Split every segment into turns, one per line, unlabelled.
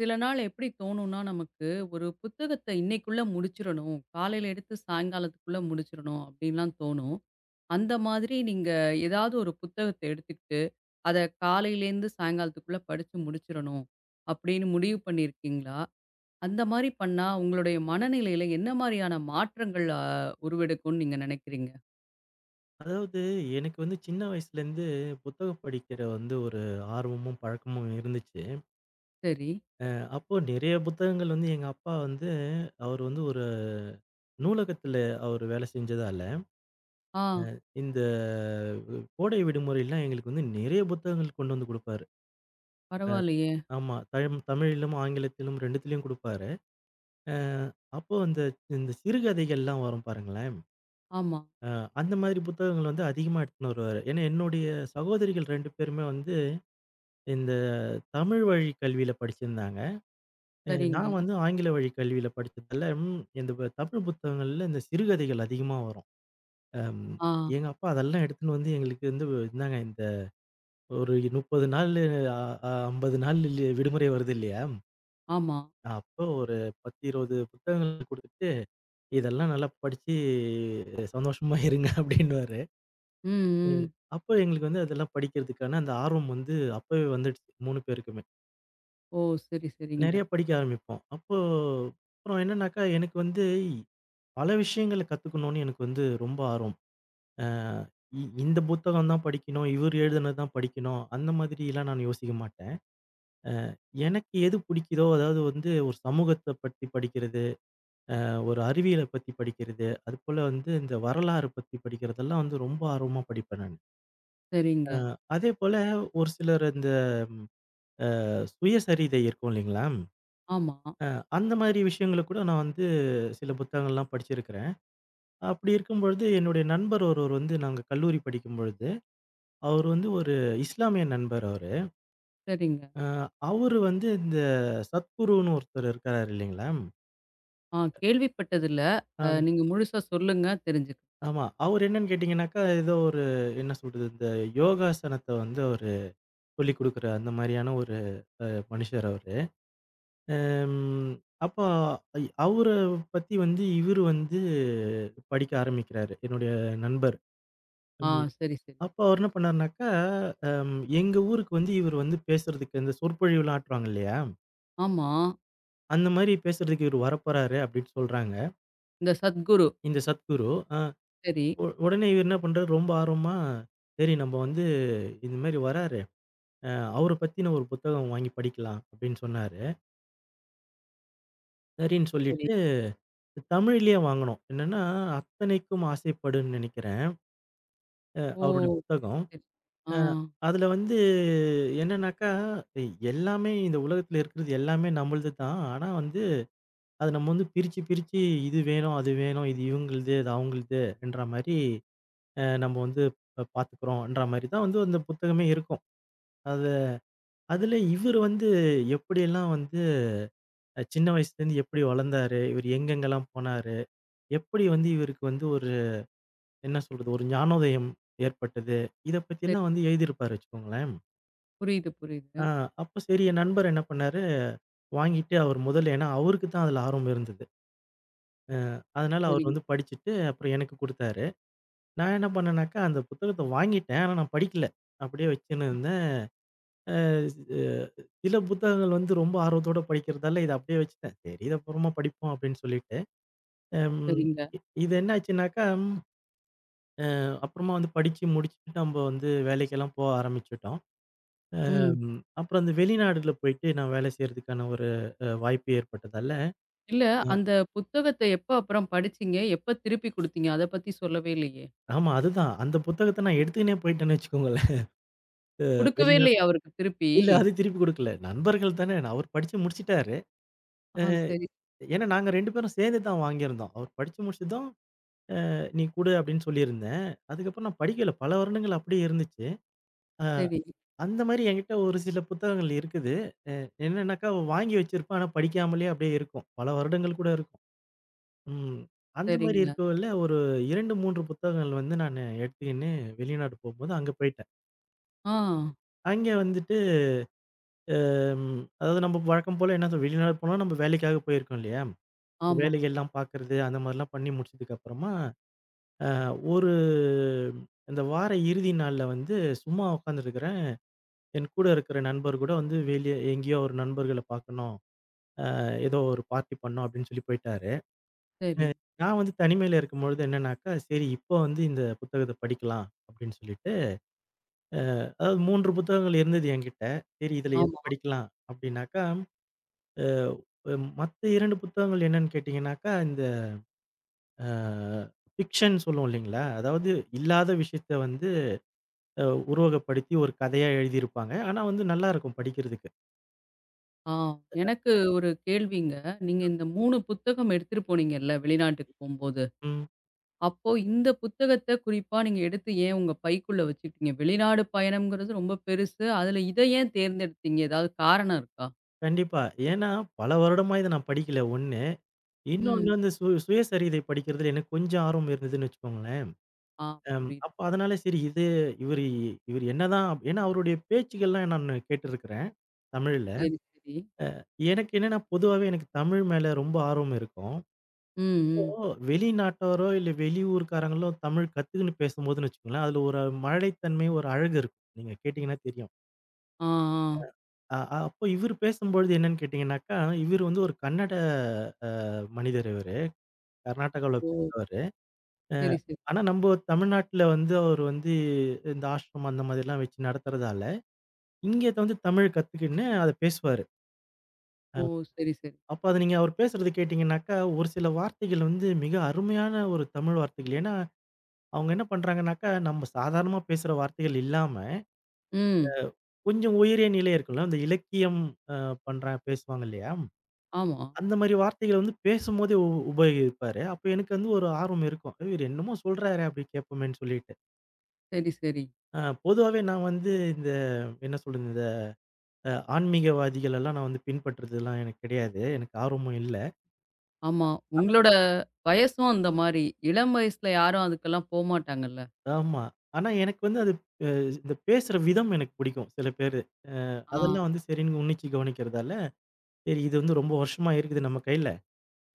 சில நாள் எப்படி தோணும்னா, நமக்கு ஒரு புத்தகத்த இன்னைக்குள்ள முடிச்சிரணும். காலையில எடுத்து சாயங்காலத்துக்குள்ள முடிச்சிரணும் அப்படின்லாம் தோணும். அந்த மாதிரி நீங்க ஏதாவது ஒரு புத்தகத்த எடுத்துக்கிட்டு, அத காலையிலேருந்து சாயங்காலத்துக்குள்ள படிச்சு முடிச்சிரணும் அப்படின்னு முடிவு பண்ணியிருக்கீங்களா? அந்த மாரி பண்ணா உங்களுடைய மனநிலையில என்ன மாரியான மாற்றங்கள் உருவெடுக்கும்னு நீங்க நினைக்கிறீங்க?
அதாவது எனக்கு வந்து சின்ன வயசுலேருந்து புத்தகம் படிக்கிற வந்து ஒரு ஆர்வமும் பழக்கமும் இருந்துச்சு.
சரி.
அ அப்போ நிறைய புத்தகங்கள் வந்து எங்க அப்பா வந்து அவர் வந்து ஒரு நூலகத்தில அவர் வேலை செஞ்சதால,
ஆ
இந்த கோடை விடுமுறையிலாம் எங்களுக்கு வந்து நிறைய புத்தகங்கள் கொண்டு வந்து குடுப்பாரு. அ
பரவாயில்லையே!
ஆமா. தமிழிலும், ஆங்கிலத்திலும் 2த்துலயும் குடுப்பாரு. அ அப்போ இந்த சிறுகதைகள்லாம் வரும் பாருங்களேன்.
ஆமா.
அ அந்த மாதிரி புத்தகங்கள் வந்து அதிகமா எடுத்துன்னு வருவாரு. ஏன்னா என்னுடைய சகோதரிகள் 2 பேருமே வந்து இந்த தமிழ் வழி கல்வியில படிச்சிருந்தாங்க.
சரிங்க.
நான் வந்து ஆங்கில வழி கல்வியில படிச்சதால, ம் இந்த ப தமிழ் புத்தகங்கள்ல இந்த சிறுகதைகள் அதிகமா வரும். அம்
ஆ.
எங்க அப்பா அதெல்லாம் எடுத்துன்னு வந்து எங்களுக்கு வந்து இந்தாங்க இந்த ஒரு 30 நாளு அ அ 50 நாள் விடுமுறை வருது இல்லையா?
ஆமா.
அப்போ ஒரு 10, 20 புத்தகங்கள் குடுத்துட்டு, இதெல்லாம் நல்லா படிச்சு சந்தோஷமா இருங்க அப்படின்னுவாரு.
ம்,
ம்.
ம்.
அப்போ எங்களுக்கு வந்து அதெல்லாம் படிக்கிறதுக்கான அந்த ஆர்வம் வந்து அப்பவே வந்துடுச்சு 3 பேருக்குமே.
ஓ! சரி, சரிங்க.
நெறைய படிக்க ஆரம்பிப்போம். அப்போ அப்புறம் என்னன்னாக்கா, எனக்கு வந்து பல விஷயங்கள கத்துக்கணும்னு எனக்கு வந்து ரொம்ப ஆர்வம். அ இ இந்த புத்தகம் தான் படிக்கணும், இவர் எழுதினது தான் படிக்கணும், அந்த மாதிரிலாம் நான் யோசிக்க மாட்டேன். எனக்கு எது பிடிக்குதோ, அதாவது வந்து ஒரு சமூகத்த பத்தி படிக்கிறது, ஒரு அறிவியல பத்தி படிக்கிறது, அதுபோல வந்து இந்த வரலாறு பத்தி படிக்கிறதெல்லாம் வந்து ரொம்ப ஆர்வமா படிப்பேன் நானு.
சரிங்க.
அதேபோல ஒரு சிலர் இந்த அ சுயசரிதை இருக்கும் இல்லைங்களா?
ஆமா.
அந்த மாதிரி விஷயங்கள கூட நான் வந்து சில புத்தகங்கள்லாம் படிச்சிருக்கிறேன். அப்படி இருக்கும் பொழுது, என்னுடைய நண்பர் ஒருவர் வந்து நாங்க கல்லூரி படிக்கும் பொழுது, அவரு வந்து ஒரு இஸ்லாமிய நண்பர் அவரு.
சரிங்க.
அ அவரு வந்து இந்த சத்குருன்னு ஒருத்தர் இருக்கிறாரு இல்லைங்களா?
ஆ கேள்விப்பட்டதில்ல.
ஆம்
நீங்க முழுசா சொல்லுங்க தெரிஞ்சுக்க
ஆமா. அவரு என்னன்னு கேட்டீங்கன்னாக்கா, ஏதோ ஒரு என்ன சொல்றது, இந்த யோகாசனத்த வந்து அவரு சொல்லிக் குடுக்குற அந்த மாரியான ஒரு அ மனுஷர் அவரு. ம். அப்போ அவர பத்தி வந்து இவரு வந்து படிக்க ஆரம்பிக்கிறாரு, என்னுடைய நண்பர்.
ஆ சரி, சரி.
அப்ப அவர் என்ன பண்ணாருனாக்கா, எங்க ஊருக்கு வந்து இவர் வந்து பேசுறதுக்கு இந்த சொற்பொழிவுலாம் ஆற்றுவாங்க இல்லையா?
ஆமா.
அந்த மாரி பேசுறதுக்கு இவர் வரப்போறாரு அப்படின்னு சொல்றாங்க.
இந்த சத்குரு.
இந்த சத்குரு. அ
சரி,
உ உடனே இவர் என்ன பண்றாரு, ரொம்ப ஆர்வமா, சரி நம்ம வந்து இந்த மாரி வராரு. அ அவர பத்தின ஒரு புத்தகம் வாங்கி படிக்கலாம் அப்படின்னு சொன்னாரு. சரின்னு
சரி.
சொல்லிட்டு தமிழ்லயே வாங்குனோம். என்னன்னா, "அத்தனைக்கும் ஆசைப்படுன்னு" நெனைக்கிறேன்.
ஓ!
அவருடைய
சரி,
புத்தகம்.
சரி. ஆ
அ அதுல வந்து என்னன்னாக்கா, எல்லாமே இந்த உலகத்துல இருக்கிறது எல்லாமே நம்மளது தான். ஆனா வந்து அது நம்ம வந்து பிரிச்சு, பிரிச்சு இது வேணும், அது வேணும், இது இவங்களுது, அது அவங்களுது என்ற மாரி நம்ம வந்து பார்த்துக்கிறோம்ன்ற மாரி தான் வந்து அந்த புத்தகமே இருக்கும். அது அதில இவரு வந்து எப்படியெல்லாம் வந்து சின்ன வயசுலேருந்து எப்படி வளர்ந்தாரு, இவரு எங்கெங்கெல்லாம் போனாரு, எப்படி வந்து இவருக்கு வந்து ஒரு என்ன சொல்றது, ஒரு ஞானோதயம் ஏற்பட்டது, இத
சரி.
பத்திலாம் வந்து எழுதியிருப்பாரு வச்சுக்கோங்களேன்.
புரியுது, புரியுது.
ஆ அப்ப சரி என் நண்பர் என்ன பண்ணாரு, வாங்கிட்டு அவர் முதல்ல ஏன்னா அவருக்கு தான் அதில ஆர்வம் இருந்தது. அதனால அவர்
சரிங்க,
வந்து படிச்சுட்டு அப்புறம் எனக்கு குடுத்தாரு. நான் என்ன பண்ணேன்னாக்கா, அந்த புத்தகத்த வாங்கிட்டேன். ஆனா நான் படிக்கல. அப்படியே வச்சுன்னு இருந்தேன். அ சில புத்தகங்கள் வந்து ரொம்ப ஆர்வத்தோட படிக்கிறதால, இத அப்படியே வச்சுட்டேன். சரி இத அப்புறமா படிப்போம் அப்படின்னு சொல்லிட்டு. அம்
சரிங்க.
இது என்ன ஆச்சுன்னாக்கா, அப்புறமா வந்து படிச்சு முடிச்சுட்டு நம்ப வந்து வேலைக்கெல்லாம் போக ஆரம்பிச்சுட்டோம்.
ம்.
அம் அப்புறம் அந்த வெளிநாடுல போயிட்டு நான் வேலை செய்றதுக்கான ஒரு வாய்ப்பு ஏற்பட்டதால
இல்ல
அ
அந்த புத்தகத்த எப்ப அப்புறம் படிச்சீங்க? எப்ப திருப்பி குடுத்தீங்க? அத பத்தி சொல்லவே இல்லையே!
ஆமா அதுதான். அந்த புத்தகத்த நான் எடுத்துக்கினே போயிட்டேன்னு வச்சுக்கோங்களேன்.
குடுக்கவே
வெளிநாடு
இல்லையா அவருக்கு திருப்பி?
இல்ல அது திருப்பி குடுக்கல. நண்பர்கள் தானே. அவரு படிச்சு முடிச்சுட்டாரு.
ஆ சரி,
ஏன்னா நாங்க 2 பேரும் சேர்ந்து தான் வாங்கியிருந்தோம். அவர் படிச்சு முடிச்சதும், "நீ குடு" அப்படின்னு சொல்லியிருந்தேன். அதுக்கப்புறம் நான் படிக்கல. பல வருடங்கள் அப்படியே இருந்துச்சு. அ
சரி.
அந்த மாரி என்கிட்ட ஒரு சில புத்தகங்கள் இருக்குது. அ என்னன்னாக்கா வாங்கி வச்சிருப்பேன். ஆனா படிக்காமலே அப்படியே இருக்கும். பல வருடங்கள் கூட இருக்கும். ம். அந்த மாரி
சரிங்க.
இருக்கவுல ஒரு 2, 3 புத்தகங்கள் வந்து நானு எடுத்துக்கின்னு வெளிநாடு போம்போது அங்க போயிட்டேன்.
ஆ
அங்க வந்துட்டு அதாவது நம்ம வழக்கம் போல என்ன சொல்றது, வெளிநாடு போனா நம்ம வேலைக்காக போயிருக்கோம் இல்லையா?
ஆமா.
வேலைகள்லாம் பார்க்கறது அந்த மாரிலாம் பண்ணி முடிச்சதுக்கு அப்புறமா ஒரு இந்த வார இறுதி நாள்ல வந்து சும்மா உட்காந்துருக்கிறேன். என் கூட இருக்கிற நண்பர் கூட வந்து வெளிய எங்கேயோ ஒரு நண்பர்கள பார்க்கணும். ஏதோ ஒரு பார்ட்டி பண்ணணும் அப்படின்னு சொல்லி போயிட்டாரு.
சரி.
நான் வந்து தனிமையில இருக்கும்பொழுது என்னன்னாக்கா, சரி இப்போ வந்து இந்த புத்தகத்த படிக்கலாம் அப்படின்னு சொல்லிட்டு, அதாவது 3 புத்தகங்கள் இருந்தது என்கிட்ட. சரி இதுல ம். எத
ஆமா.
படிக்கலாம் அப்படின்னாக்கா, அ மத்த 2 புத்தகங்கள் என்னன்னு கேட்டீங்கன்னாக்கா, இந்த அ ஃபிக்ஷன் சொல்லுவோம் இல்லைங்களா? அதாவது இல்லாத விஷயத்த வந்து அ உருவகப்படுத்தி ஒரு கதையா எழுதியிருப்பாங்க. ஆனா வந்து நல்லாருக்கும் படிக்கிறதுக்கு.
ஆ எனக்கு ஒரு கேள்விங்க. நீங்க இந்த 3 புத்தகம் எடுத்துட்டு போனீங்கல்ல வெளிநாட்டுக்கு போம்போது.
ம்.
அப்போ இந்த புத்தகத்த குறிப்பா நீங்க எடுத்து ஏன் உங்க பைக்குள்ள வச்சுக்கிட்டீங்க? வெளிநாடு பயணம்ங்கிறது ரொம்ப பெருசு. அதுல இத ஏன் தேர்ந்தெடுத்தீங்க? ஏதாவது காரணம் இருக்கா?
கண்டிப்பா. ஏன்னா பல வருடமா இத நான் படிக்கல 1. இன்னொன்னு
ம்.
வந்து சு சுயசரிதை படிக்கிறதுல எனக்கு கொஞ்சம் ஆர்வம் இருந்ததுன்னு வச்சுக்கோங்களேன்.
ஆ புரியுது.
அப்ப அதனால சரி இது இவரு இவரு என்னதான் ஏன்னா அவருடைய பேச்சுகள்லாம் நானு கேட்டுருக்கிறேன், தமிழ்ல.
சரி, சரி.
எனக்கு என்னன்னா பொதுவாவே எனக்கு தமிழ் மேல ரொம்ப ஆர்வம் இருக்கும்.
ம், ம்.
இப்போ வெளிநாட்டாரோ இல்ல வெளியூர்காரங்களோ தமிழ் கத்துக்குன்னு பேசும்போதுன்னு வச்சுக்கோங்களேன், அதுல ஒரு மழலைத்தன்மை, ஒரு அழகு இருக்கும். நீங்க கேட்டீங்கன்னா தெரியும்.
ஆ, ஆ.
அ அ, அப்போ இவரு பேசும்பொழுது என்னன்னு கேட்டீங்கன்னாக்கா, இவரு வந்து ஒரு கன்னட அ மனிதர் இவரு. கர்நாடகாவில
ஓ!
பிறந்தவரு. அ
சரி, சரி.
ஆனா நம்ப தமிழ்நாட்டுல வந்து அவரு வந்து இந்த ஆஷ்ரம் அந்த மாதிரிலாம் வச்சு நடத்துறதால, இங்க வந்து தமிழ் கத்துக்கின்னு அத பேசுவாரு. அ
ஓ! சரி, சரி.
அப்ப அத நீங்க அவர் பேசுறது கேட்டீங்கன்னாக்கா, ஒரு சில வார்த்தைகள் வந்து மிக அருமையான ஒரு தமிழ் வார்த்தைகள். ஏன்னா, அவங்க என்ன பண்றாங்கன்னாக்கா, நம்ம சாதாரணமா பேசுற வார்த்தைகள் இல்லாம,
ம்.
கொஞ்சம் உயரிய நிலை இருக்குல்ல, அந்த இலக்கியம் அ பண்றாங்க பேசுவாங்க இல்லையா?
ஆமா.
அந்த மாரி வார்த்தைகள வந்து பேசும்போதே உபயோகிப்பாரு. அப்ப எனக்கு வந்து ஒரு ஆர்வம் இருக்கும். இவரு என்னமோ சொல்றாரே அப்படி கேட்போமேன்னு சொல்லிட்டு.
சரி, சரி.
அ பொதுவாவே நான் வந்து இந்த என்ன சொல்றது, இந்த அ ஆன்மீகவாதிகள் எல்லாம் நான் வந்து பின்பற்றதெல்லாம் எனக்கு கிடையாது. எனக்கு ஆர்வமும் இல்ல.
ஆமா. உங்களோட வயசும் அந்த மாரி. இளம் வயசுல யாரும் அதுக்கெல்லாம் போமாட்டாங்கல்ல.
ஆமா. ஆனா எனக்கு வந்து அது அ இந்த பேசுற விதம் எனக்கு பிடிக்கும் சில பேரு. அ
ஆ.
அதெல்லாம் வந்து சரின்னு உன்னிச்சு கவனிக்கிறதால, சரி இது வந்து ரொம்ப வருஷமா இருக்குது நம்ம கையில.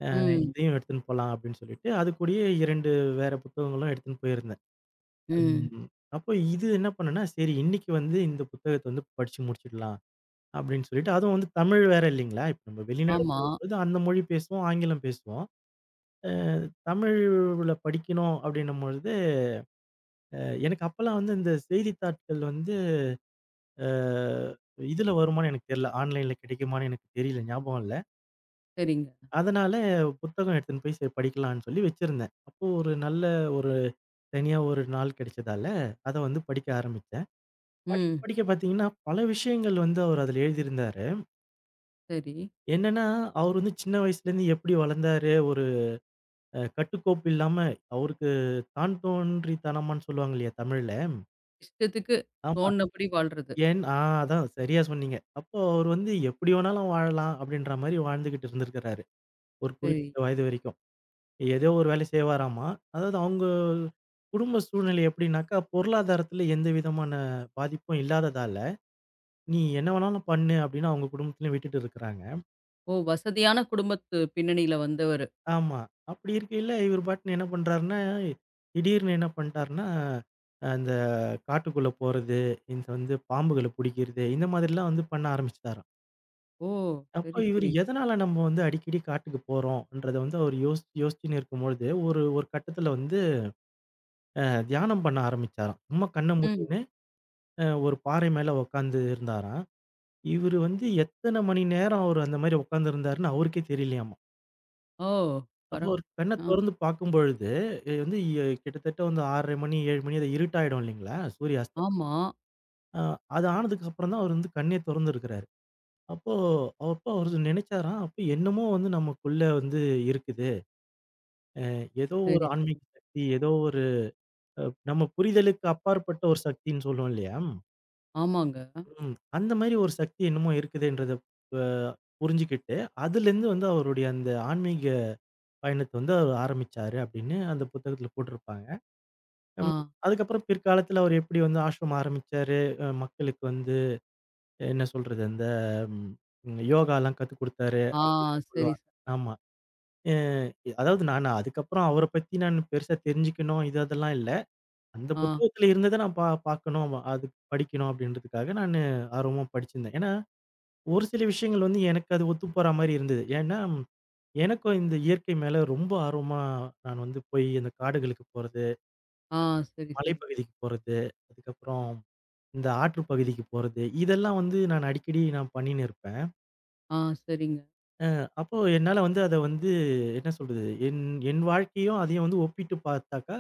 ம்,
இதையும் எடுத்துன்னு போலாம் அப்படின்னு சொல்லிட்டு, அது கூடயே 2 வேற புத்தகங்களும் எடுத்துன்னு போயிருந்தேன்.
ம்.
ம். அப்போ இது என்ன பண்ணேன்னா, சரி இன்னைக்கு வந்து இந்த புத்தகத்த வந்து படிச்சு முடிச்சிடலாம் அப்படின்னு சொல்லிட்டு, அதுவும் வந்து தமிழ் வேற இல்லைங்களா? இப்ப நம்ம வெளிநாடு
ஆமா.
போகும்போது அந்த மொழி பேசுவோம், ஆங்கிலம் பேசுவோம். அ தமிழ்ல படிக்கணும் அப்படின்னும் பொழுது, அ எனக்கு அப்பலாம் வந்து இந்த செய்தித்தாட்கள் வந்து அ இதுல வருமான்னு எனக்கு தெரியல. ஆன்லைன்ல கிடைக்குமான்னு எனக்கு தெரியல, ஞாபகம் இல்ல.
சரிங்க.
அதனால புத்தகம் எடுத்துன்னு போய் சரி படிக்கலான்னு சொல்லி வச்சிருந்தேன். அப்போ ஒரு நல்ல ஒரு தனியா ஒரு நாள் கிடைச்சதால, அத வந்து படிக்க ஆரம்பிச்சேன். படிக்க
ம்.
படிக்க பார்த்தீங்கன்னா, பல விஷயங்கள் வந்து அவர் அதுல எழுதியிருந்தாரு.
சரி.
என்னன்னா, அவர் வந்து சின்ன வயசுலேருந்து எப்படி வளர்ந்தாரு, ஒரு கட்டுக்கோப்பு இல்லாம அவருக்கு தான் தோன்றித்தனமான்னு சொல்லுவாங்க இல்லையா தமிழ்ல.
இஷ்டத்துக்கு
ஆமா.
தோணுனபடி வாழ்றது.
ஏன் ஆ அதான் சரியா சொன்னீங்க. அப்போ அவர் வந்து எப்படி வேணாலும் வாழலாம் அப்படின்ற மாரி வாழ்ந்துகிட்டு இருந்திருக்கிறாரு. ஒரு
சரி.
குறிப்பிட்ட வயது வரைக்கும். ஏதோ ஒரு வேலை செய்வாராமா. அதாவது அவங்க குடும்ப சூழ்நிலை எப்படின்னாக்கா, பொருளாதாரத்தில எந்த விதமான பாதிப்பும் இல்லாததால, "நீ என்ன வேணாலும் பண்ணு" அப்படின்னு அவங்க குடும்பத்திலயும் விட்டுட்டு இருக்கிறாங்க.
ஓ! வசதியான குடும்பத்து பின்னணியில வந்தவரு.
ஆமா. அப்படி இருக்கையில, இவரு பாட்டுன்னு என்ன பண்றாருன்னா, திடீர்னு என்ன பண்ட்டாருன்னா, அந்த காட்டுக்குள்ள போறது, இந்த வந்து பாம்புகள புடிக்கிறது, இந்த மாதிரிலாம் வந்து பண்ண ஆரம்பிச்சுட்டாராம்.
ஓ!
அப்போ
சரி,
இவரு
சரி.
எதனால நம்ம வந்து அடிக்கடி காட்டுக்கு போறோம்ன்றத வந்து அவர் யோசிச்சு யோசிச்சுன்னு இருக்கும்பொழுது, ஒரு ஒரு கட்டத்துல வந்து தியானம் பண்ண ஆரம்பிச்சாராம். சும்மா கண்ண
ம்.
மூடிக்கின்னு ஒரு பாறை மேல உட்காந்து இருந்தாராம். இவரு வந்து எத்தன மணி நேரம் அவரு அந்த மாரி உட்கார்ந்திருந்தாருன்னு அவருக்கே தெரியலையாமா.
ஓ!
அப்போ
பரவா
ஒரு கண்ண
ஆ.
தொறந்து பார்க்கும் பொழுது, எ வந்து எ கிட்டத்தட்ட வந்து 6:30 மணி, 7 மணி அது இருட்டாயிடும் இல்லைங்களா? சூரிய அஸ்தமனம்.
ஆமா.
அ அது ஆனதுக்கு அப்புறம் தான் அவர் வந்து கண்ணே தொறந்திருக்கிறாரு. அப்போ அப்போ அவரு நினைச்சாராம், அப்போ என்னமோ வந்து நமக்குள்ள வந்து இருக்குது. ஏதோ ஒரு
சரி,
ஆன்மீக
சரி.
சக்தி, ஏதோ ஒரு அ நம்ம புரிதலுக்கு அப்பாற்பட்ட ஒரு சக்தின்னு சொல்லுவோம் இல்லையா?
ஆமாங்க.
ம். அந்த மாரி ஒரு சக்தி என்னமோ இருக்குதுன்றத ப புரிஞ்சுகிட்டு, அதுலேருந்து வந்து அவருடைய அந்த ஆன்மீக பயணத்த வந்து அவர் ஆரம்பிச்சாரு அப்படின்னு அந்த புத்தகத்துல போட்டிருப்பாங்க.
ஆ,
ம். அதுக்கப்புறம் பிற்காலத்துல அவர் எப்படி வந்து ஆஷ்ரம் ஆரம்பிச்சாரு, மக்களுக்கு வந்து என்ன சொல்றது, அந்த யோகாலாம் கத்துக் குடுத்தாரு
ஆ,
அப்படின்னு
சரி,
சொல்லுவாங்க.
சரி.
ஆமா. அ அதாவது நான் அதுக்கப்புறம் அவர பத்தி நான் பெருசா தெரிஞ்சுக்கணும், இது அதெல்லாம் இல்ல. அந்த
ஆ,
புத்தகத்துல இருந்தத நான் பார்க்கணும், அது படிக்கணும் அப்படின்றதுக்காக நானு ஆர்வமா படிச்சிருந்தேன். ஏன்னா, ஒரு சில விஷயங்கள் வந்து எனக்கு அது ஒத்து போற மாரி இருந்தது. ஏன்னா, ம், எனக்கும் இந்த இயற்கை மேல ரொம்ப ஆர்வமா நான் வந்து போய் அந்த காடுகளுக்கு போறது,
ஆ, சரி, சரி.
மலைப்பகுதிக்கு போறது, அதுக்கப்புறம் இந்த ஆற்று பகுதிக்கு போறது, இதெல்லாம் வந்து நான் அடிக்கடி பண்ணின்னு இருப்பேன்.
ஆ, சரிங்க.
அப்போ என்னால வந்து அத வந்து என்ன சொல்றது? என் என் வாழ்க்கையும் அதையும் வந்து ஒப்பிட்டு பார்த்தாக்கா,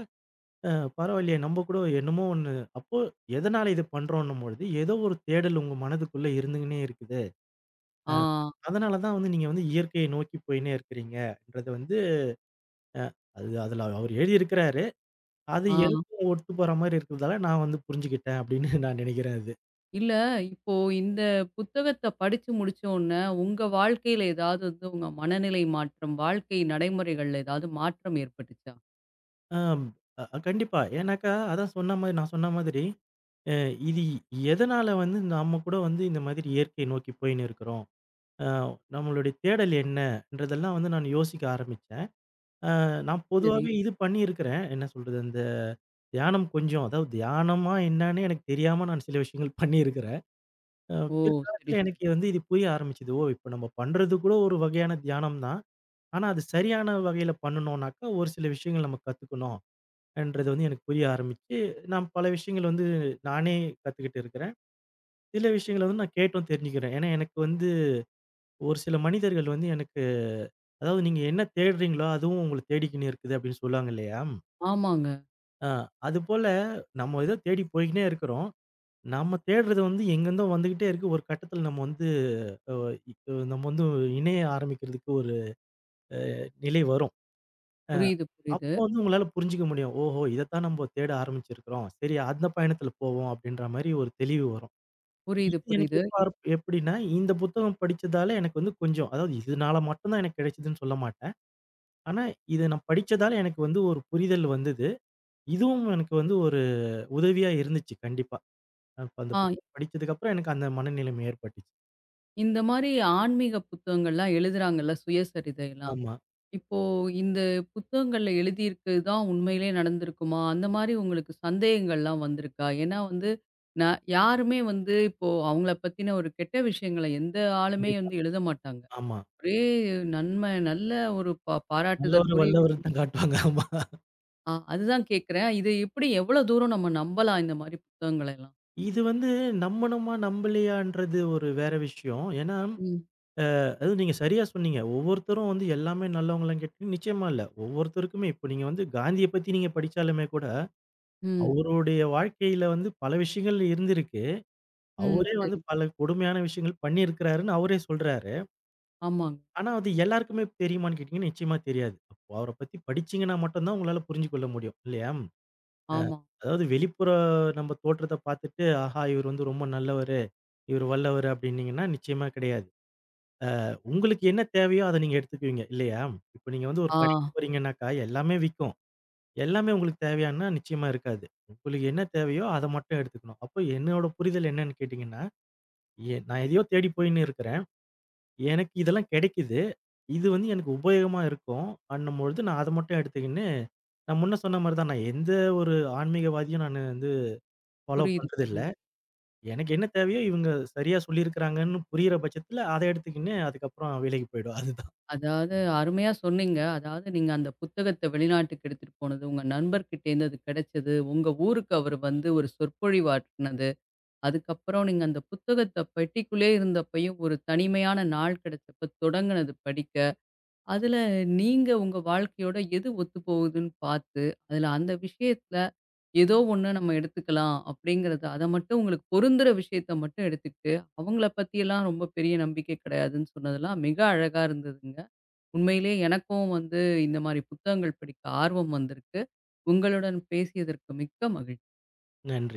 அ பரவாயில்லையே! நம்ம கூட என்னமோ ஒண்ணு அப்போ எதனால இது பண்றோம்ன்னும் பொழுது, ஏதோ ஒரு தேடல் உங்க மனதுக்குள்ள இருந்துங்கன்னே இருக்குது.
ஆ,
அதனால தான் வந்து நீங்க வந்து இயற்கையை நோக்கி போயின்னே இருக்கிறீங்கன்றது வந்து அ அது அதுல அவரு எழுதியிருக்கிறாரு. அது
ஆ.
எனக்கும் ஒத்து போற மாரி இருக்கிறதால நான் வந்து புரிஞ்சுக்கிட்டேன் அப்படின்னு நான் நினைக்கிறேன் அது.
இல்ல இப்போ இந்த புத்தகத்த படிச்சு முடிச்ச உடனே, உங்க வாழ்க்கையில ஏதாவது வந்து உங்க மனநிலை மாற்றம், வாழ்க்கை நடைமுறைகள்ல ஏதாவது மாற்றம் ஏற்பட்டுச்சா?
ஆம். கண்டிப்பா. ஏன்னாக்கா, அதான் சொன்ன மாரி நான் சொன்ன மாதிரி, அ இது எதனால வந்து நம்ம கூட வந்து இந்த மாதிரி இயற்கையை நோக்கி போயின்னு இருக்கிறோம்? அ நம்மளுடைய தேடல் என்னன்றதெல்லாம் வந்து நான் யோசிக்க ஆரம்பிச்சேன். நான்
சரி.
பொதுவாவே இது பண்ணியிருக்கிறேன். என்ன சொல்றது? அந்த தியானம் கொஞ்சம் அதாவது தியானமா என்னான்னு எனக்கு தெரியாம நான் சில விஷயங்கள் பண்ணியிருக்கிறேன். அ
ஓ! சரி,
பிற்காலத்தில
சரி.
எனக்கு வந்து இது புரிய ஆரம்பிச்சது. ஓ! இப்ப நம்ம பண்றது கூட ஒரு வகையான தியானம் தான். ஆனா, அது சரியான வகையில பண்ணணும்னாக்கா, ஒரு சில விஷயங்கள் நம்ம கத்துக்கணும். என்றது வந்து எனக்கு புரிய ஆரம்பிச்சு, நான் பல விஷயங்கள் வந்து நானே கத்துக்கிட்டு இருக்கிறேன். சில விஷயங்கள வந்து நான் கேட்டும் தெரிஞ்சுக்கிறேன். ஏன்னா, எனக்கு வந்து ஒரு சில மனிதர்கள் வந்து எனக்கு அதாவது நீங்க என்ன தேடுறீங்களோ, அதுவும் உங்கள தேடிக்கின்னு இருக்குது அப்படின்னு சொல்லுவாங்க இல்லையா?
ஆமாங்க.
அ அதுபோல நம்ம ஏதோ தேடி போய்க்கின்னே இருக்கிறோம். நம்ம தேடுறது வந்து எங்கேருந்தோ வந்துகிட்டே இருக்கு. ஒரு கட்டத்தில நம்ம வந்து அ இ நம்ம வந்து இணைய ஆரம்பிக்கிறதுக்கு ஒரு நிலை வரும். அ
புரியுது, புரியுது.
அப்போ வந்து உங்களால புரிஞ்சுக்க முடியும். ஓஹோ! இதைத்தான் நம்ம தேட ஆரம்பிச்சிருக்கிறோம். சரி அந்த பயணத்தில போவோம் அப்படின்ற மாரி ஒரு தெளிவு வரும்.
புரியுது,
இது எனக்கு
புரியுது.
எப்படின்னா, இந்த புத்தகம் படிச்சதால எனக்கு வந்து கொஞ்சம் அதாவது இதனால மட்டும் தான் எனக்கு கிடைச்சதுன்னு சொல்ல மாட்டேன். ஆனா, இத நான் படிச்சதால எனக்கு வந்து ஒரு புரிதல் வந்தது. இதுவும் எனக்கு வந்து ஒரு உதவியா இருந்துச்சு கண்டிப்பா. அப்ப அந்த
ஆ.
புத்தகம் படிச்சதுக்கு அப்புறம் எனக்கு அந்த மனநிலைமை ஏற்பட்டுச்சு.
இந்த மாரி ஆன்மீக புத்தகங்கள்லாம் எழுதுறாங்கல்ல, சுயசரிதைலாம்.
ஆமா.
இப்போ இந்த புத்தகங்கள்ல எழுதியிருக்கு தான் உண்மையிலே நடந்திருக்குமா? அந்த மாரி உங்களுக்கு சந்தேகங்கள்லாம் வந்திருக்கா? ஏன்னா வந்து, ந யாருமே வந்து இப்போ அவங்கள பத்தின ஒரு கெட்ட விஷயங்கள எந்த ஆளுமே
கண்டிப்பா.
வந்து எழுத மாட்டாங்க.
ஆமா.
ஒரே நன்மை, நல்ல ஒரு
நல்லவரு
பாராட்டுதற்குரிய
வல்லவருன்னு
விஷயம்.
தான் காட்டுவாங்க. ஆமா.
ஆ அதுதான் கேட்கிறேன். இது எப்படி எவ்வளோ தூரம் நம்ம நம்பலாம் இந்த மாரி புத்தகங்கள எல்லாம்?
இது வந்து நம்பணுமா நம்பலையான்றது ஒரு வேற விஷயம். ஏன்னா,
ம்,
அது நீங்க சரியா சொன்னீங்க. ஒவ்வொருத்தரும் வந்து எல்லாமே நல்லவங்களான்னு கேட்டீங்கன்னா, நிச்சயமா இல்ல. ஒவ்வொருத்தருக்குமே இப்போ நீங்க வந்து காந்திய பத்தி படிச்சாலுமே கூட
ம்,
அவருடைய வாழ்க்கையில வந்து பல விஷயங்கள் இருந்திருக்கு.
ம்.
அவரே வந்து
சரி.
பல கொடுமையான விஷயங்கள் பண்ணியிருக்கிறாருன்னு அவரே சொல்றாரு.
ஆமாங்க.
ஆனா அது எல்லாருக்குமே தெரியுமான்னு கேட்டீங்கன்னா, நிச்சயமா தெரியாது. அப்போ அவர பத்தி படிச்சீங்கன்னா மட்டும் தான் உங்களால புரிஞ்சு கொள்ள முடியும். இல்லையா?
ஆமா.
அதாவது வெளிப்புற நம்ம தோற்றத்த பார்த்துட்டு, ஆஹா! இவர் வந்து ரொம்ப நல்லவரு, இவர் வல்லவரு அப்படின்னீங்கன்னா, நிச்சயமா கிடையாது. உங்களுக்கு என்ன தேவையோ அத நீங்க எடுத்துக்குவீங்க. இல்லையா? இப்ப நீங்க வந்து ஒரு
ஆ.
கடைக்கு போறீங்கன்னாக்கா, எல்லாமே விக்கும். எல்லாமே உங்களுக்கு தேவையான்னா நிச்சயமா இருக்காது. உங்களுக்கு என்ன தேவையோ அத மட்டும் எடுத்துக்கணும். அப்போ என்னோட புரிதல் என்னன்னு கேட்டீங்கன்னா நான் எதையோ தேடி போயின்னு இருக்கிறேன். எனக்கு இதெல்லாம் கிடைக்குது. இது வந்து எனக்கு உபயோகமா இருக்கும். அன்னும்பொழுது நான் அத மட்டும் எடுத்துக்கின்னு, நான் முன்ன சொன்ன மாரி தான். நான் எந்த ஒரு ஆன்மீகவாதியும் நானு வந்து ஃபாலோ
புரியுது,
பண்றதில்ல.
புரியுது.
எனக்கு என்ன தேவையோ இவங்க சரியா சொல்லியிருக்கிறாங்கன்னு புரியிற பட்சத்துல, அத எடுத்துக்கின்னு அதுக்கப்புறம் வேலைக்கு போயிடுவேன். அதுதான்.
அதாவது அருமையா சொன்னீங்க. அதாவது நீங்க அந்த புத்தகத்த வெளிநாட்டுக்கு எடுத்துட்டு போனது, உங்க நண்பர்கிட்டேருந்து அது கிடைச்சது, உங்க ஊருக்கு அவரு வந்து ஒரு சொற்பொழிவாற்றுனது, அதுக்கப்புறம் நீங்க அந்த புத்தகத்த பெட்டிக்குள்ளே இருந்தப்பயும் ஒரு தனிமையான நாள் கிடைச்சப்ப தொடங்குனது படிக்க. அதுல நீங்க உங்க வாழ்க்கையோட எது ஒத்து போகுதுன்னு பார்த்து, அதுல அந்த விஷயத்துல ஏதோ ஒண்ணு நம்ம எடுத்துக்கலாம் அப்படிங்கிறது, அத மட்டும் உங்களுக்கு பொருந்துற விஷயத்த மட்டும் எடுத்துக்கிட்டு, அவங்கள பத்தியெல்லாம் ரொம்ப பெரிய நம்பிக்கை கிடையாதுன்னு சொன்னதெல்லாம் மிக அழகா இருந்ததுங்க. உண்மையிலே எனக்கும் வந்து இந்த மாரி புத்தகங்கள் படிக்க ஆர்வம் வந்திருக்கு. உங்களுடன் பேசியதற்கு மிக்க மகிழ்ச்சி.
நன்றி.